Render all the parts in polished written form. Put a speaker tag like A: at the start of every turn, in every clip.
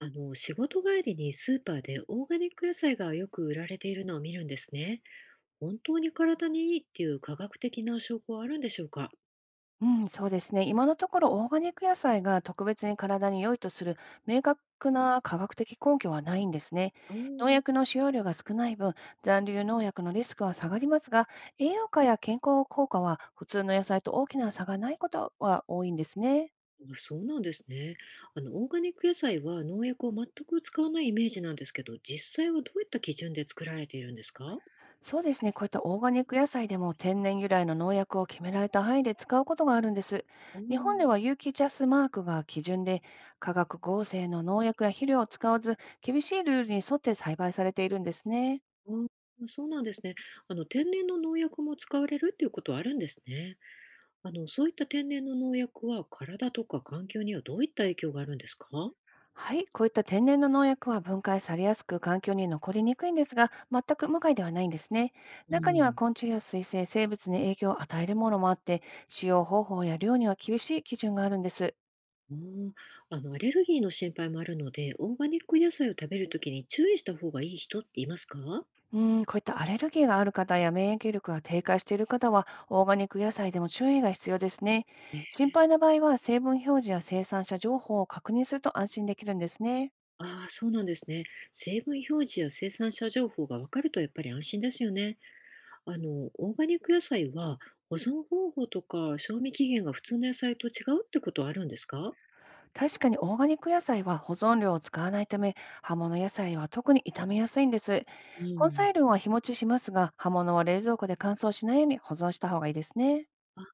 A: 仕事帰りにスーパーでオーガニック野菜がよく売られているのを見るんですね。本当に体にいいっていう科学的な証拠はあるんでしょうか？
B: うん、そうですね。今のところ、オーガニック野菜が特別に体に良いとする明確な科学的根拠はないんですね。
A: あ
B: 農
A: ー。
B: 薬の使用量が少ない分、残留農薬のリスクは下がりますが、栄養価や健康効果は普通の野菜と大きな差がないことは多いんですね。
A: あ、そうなんですね。オーガニック野菜は農薬を全く使わないイメージなんですけど、実際はどういった基準で作られているんですか？
B: そうですね。こういったオーガニック野菜でも、天然由来の農薬を決められた範囲で使うことがあるんです。
A: あ
B: 日本で
A: ー。
B: は有機ジャスマークが基準で、化学合成の農薬や肥料を使わず、厳しいルールに沿って栽培されているんですね。
A: あ、そうなんですね。天然の農薬も使われるっていうことはあるんですね。そういった天然の農薬は体とか環境にはどういった影響があるんですか？
B: はい、こういった天然の農薬は分解されやすく、環境に残りにくいんですが、全く無害ではないんですね。
A: う
B: 中には
A: ん。
B: 昆虫や水生生物に影響を与えるものもあって、使用方法や量には厳しい基準があるんです。
A: うーん、アレルギーの心配もあるので、オーガニック野菜を食べるときに注意した方がいい人っていますか？
B: うん、こういったアレルギーがある方や免疫力が低下している方は、オーガニック野菜でも注意が必要ですね。
A: え。
B: 心配な場合は、成分表示や生産者情報を確認すると安心できるんですね。
A: ああー、そうなんですね。成分表示や生産者情報がわかるとやっぱり安心ですよね。あの、オーガニック野菜は保存方法とか賞味期限が普通の野菜と違うってことはあるんですか？
B: 確かに、オーガニック野菜は保存料を使わないため、葉物野菜は特に傷みやすいんです。
A: う
B: 根
A: ん、
B: 菜類は日持ちしますが、葉物は冷蔵庫で乾燥しないように保存した方がいいですね。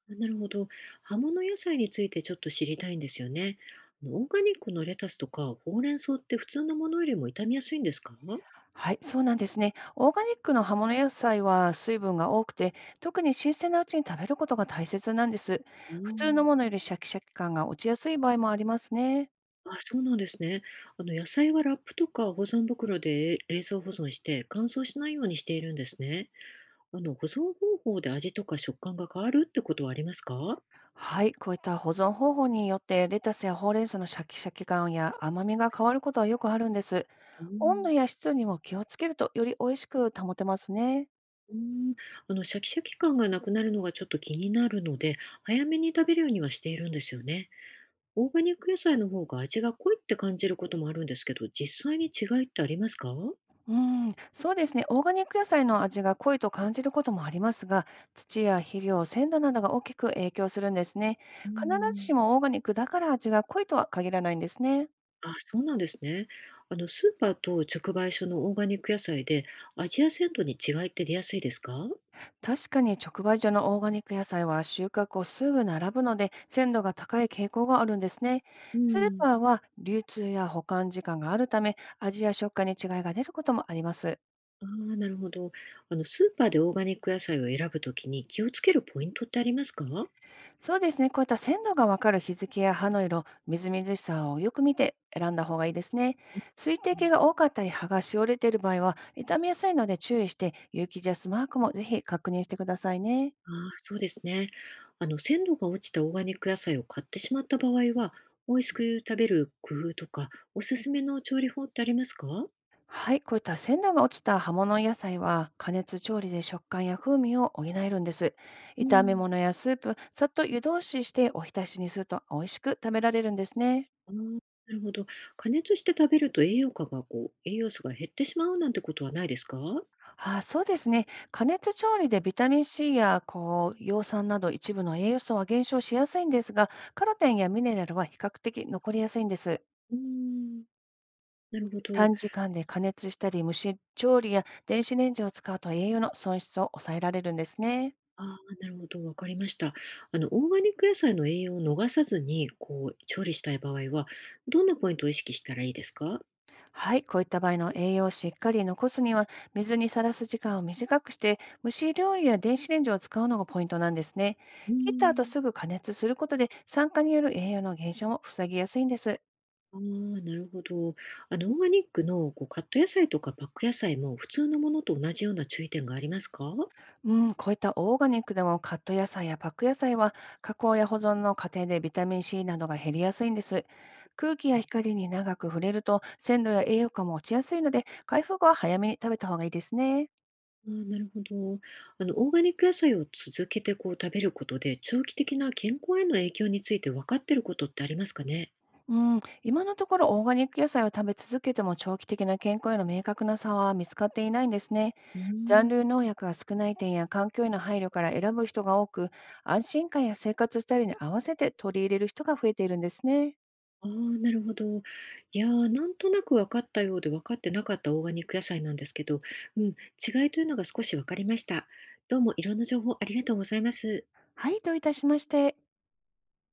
A: あ、なるほど。葉物野菜についてちょっと知りたいんですよね。オーガニックのレタスとかほうれん草って普通のものよりも傷みやすいんですかあ？
B: はい、そうなんですね。オーガニックの葉物野菜は水分が多くて、特に新鮮なうちに食べることが大切なんです。
A: あ
B: 普通の
A: ー。
B: ものよりシャキシャキ感が落ちやすい場合もありますね。
A: あ、そうなんですね。あの野菜はラップとか保存袋で冷蔵保存して乾燥しないようにしているんですね。保存方法で味とか食感が変わるってことはありますか？
B: はい、こういった保存方法によって、レタスやほうれん草のシャキシャキ感や甘みが変わることはよくあるんです。
A: う
B: 温度
A: ん、
B: や湿度にも気をつけると、より美味しく保てますね。
A: うん。シャキシャキ感がなくなるのがちょっと気になるので、早めに食べるようにはしているんですよね。オーガニック野菜の方が味が濃いって感じることもあるんですけど、実際に違いってありますか？う
B: うん、そうですね。オーガニック野菜の味が濃いと感じることもありますが、土や肥料、鮮度などが大きく影響するんですね。
A: ん。
B: 必ずしもオーガニックだから味が濃いとは限らないんですね。
A: あ、そうなんですね。あの、スーパーと直売所のオーガニック野菜で、アジア鮮度に違いって出やすいですか？
B: 確かに、直売所のオーガニック野菜は収穫をすぐ並ぶので、鮮度が高い傾向があるんですね。
A: う
B: スー
A: ん。
B: パーは流通や保管時間があるため、味や食感に違いが出ることもあります。
A: ああ、なるほど。あの、スーパーでオーガニック野菜を選ぶときに気をつけるポイントってありますかあ？
B: そうですね。こういった鮮度がわかる日付や葉の色、みずみずしさをよく見て選んだ方がいいですね。水滴が多かったり葉がしおれている場合は、傷みやすいので注意して、有機ジャスマークもぜひ確認してくださいね。
A: あー、そうですね。あの、鮮度が落ちたオーガニック野菜を買ってしまった場合は、美味しく食べる工夫とか、おすすめの調理法ってありますか？
B: はい、こういった鮮度が落ちた葉物野菜は、加熱調理で食感や風味を補えるんです。
A: う
B: 炒め
A: ん。
B: 物やスープ、さっと湯通ししてお浸しにすると美味しく食べられるんですね。
A: ああ、なるほど。加熱して食べると栄養価がこう、栄養素が減ってしまうなんてことはないですか？
B: あ、そうですね。加熱調理でビタミン C やこう葉酸など一部の栄養素は減少しやすいんですが、カロテンやミネラルは比較的残りやすいんです。
A: うーん、なるほど。
B: 短時間で加熱したり、蒸し調理や電子レンジを使うと、栄養の損失を抑えられるんですね。
A: ああ、なるほど、わかりました。あの、オーガニック野菜の栄養を逃さずに、こう、調理したい場合は、どんなポイントを意識したらいいですか？
B: はい、こういった場合の栄養をしっかり残すには、水にさらす時間を短くして、蒸し料理や電子レンジを使うのがポイントなんですね。
A: うー
B: 切った後す
A: ん。
B: ぐ加熱することで、酸化による栄養の減少も防ぎやすいんです。
A: ああ、なるほど。あの、オーガニックの、こう、カット野菜とかパック野菜も、普通のものと同じような注意点がありますか？あ
B: うん、こういったオーガニックでも、カット野菜やパック野菜は加工や保存の過程でビタミン C などが減りやすいんです。空気や光に長く触れると、鮮度や栄養価も落ちやすいので、回復は早めに食べた方がいいですね。
A: ー、なるほど。あの、オーガニック野菜を続けて、こう、食べることで、長期的な健康への影響について分かっていることってありますかね？
B: うん、今のところ、オーガニック野菜を食べ続けても長期的な健康への明確な差は見つかっていないんですね。
A: うー
B: 残留
A: ん。
B: 農薬が少ない点や環境への配慮から選ぶ人が多く、安心感や生活スタイルに合わせて取り入れる人が増えているんですね。
A: ああ、なるほど。いやー、なんとなく分かったようで分かってなかったオーガニック野菜なんですけど、うん、違いというのが少し分かりました。どうもいろんな情報ありがとうございます。
B: はい、どういたしまして。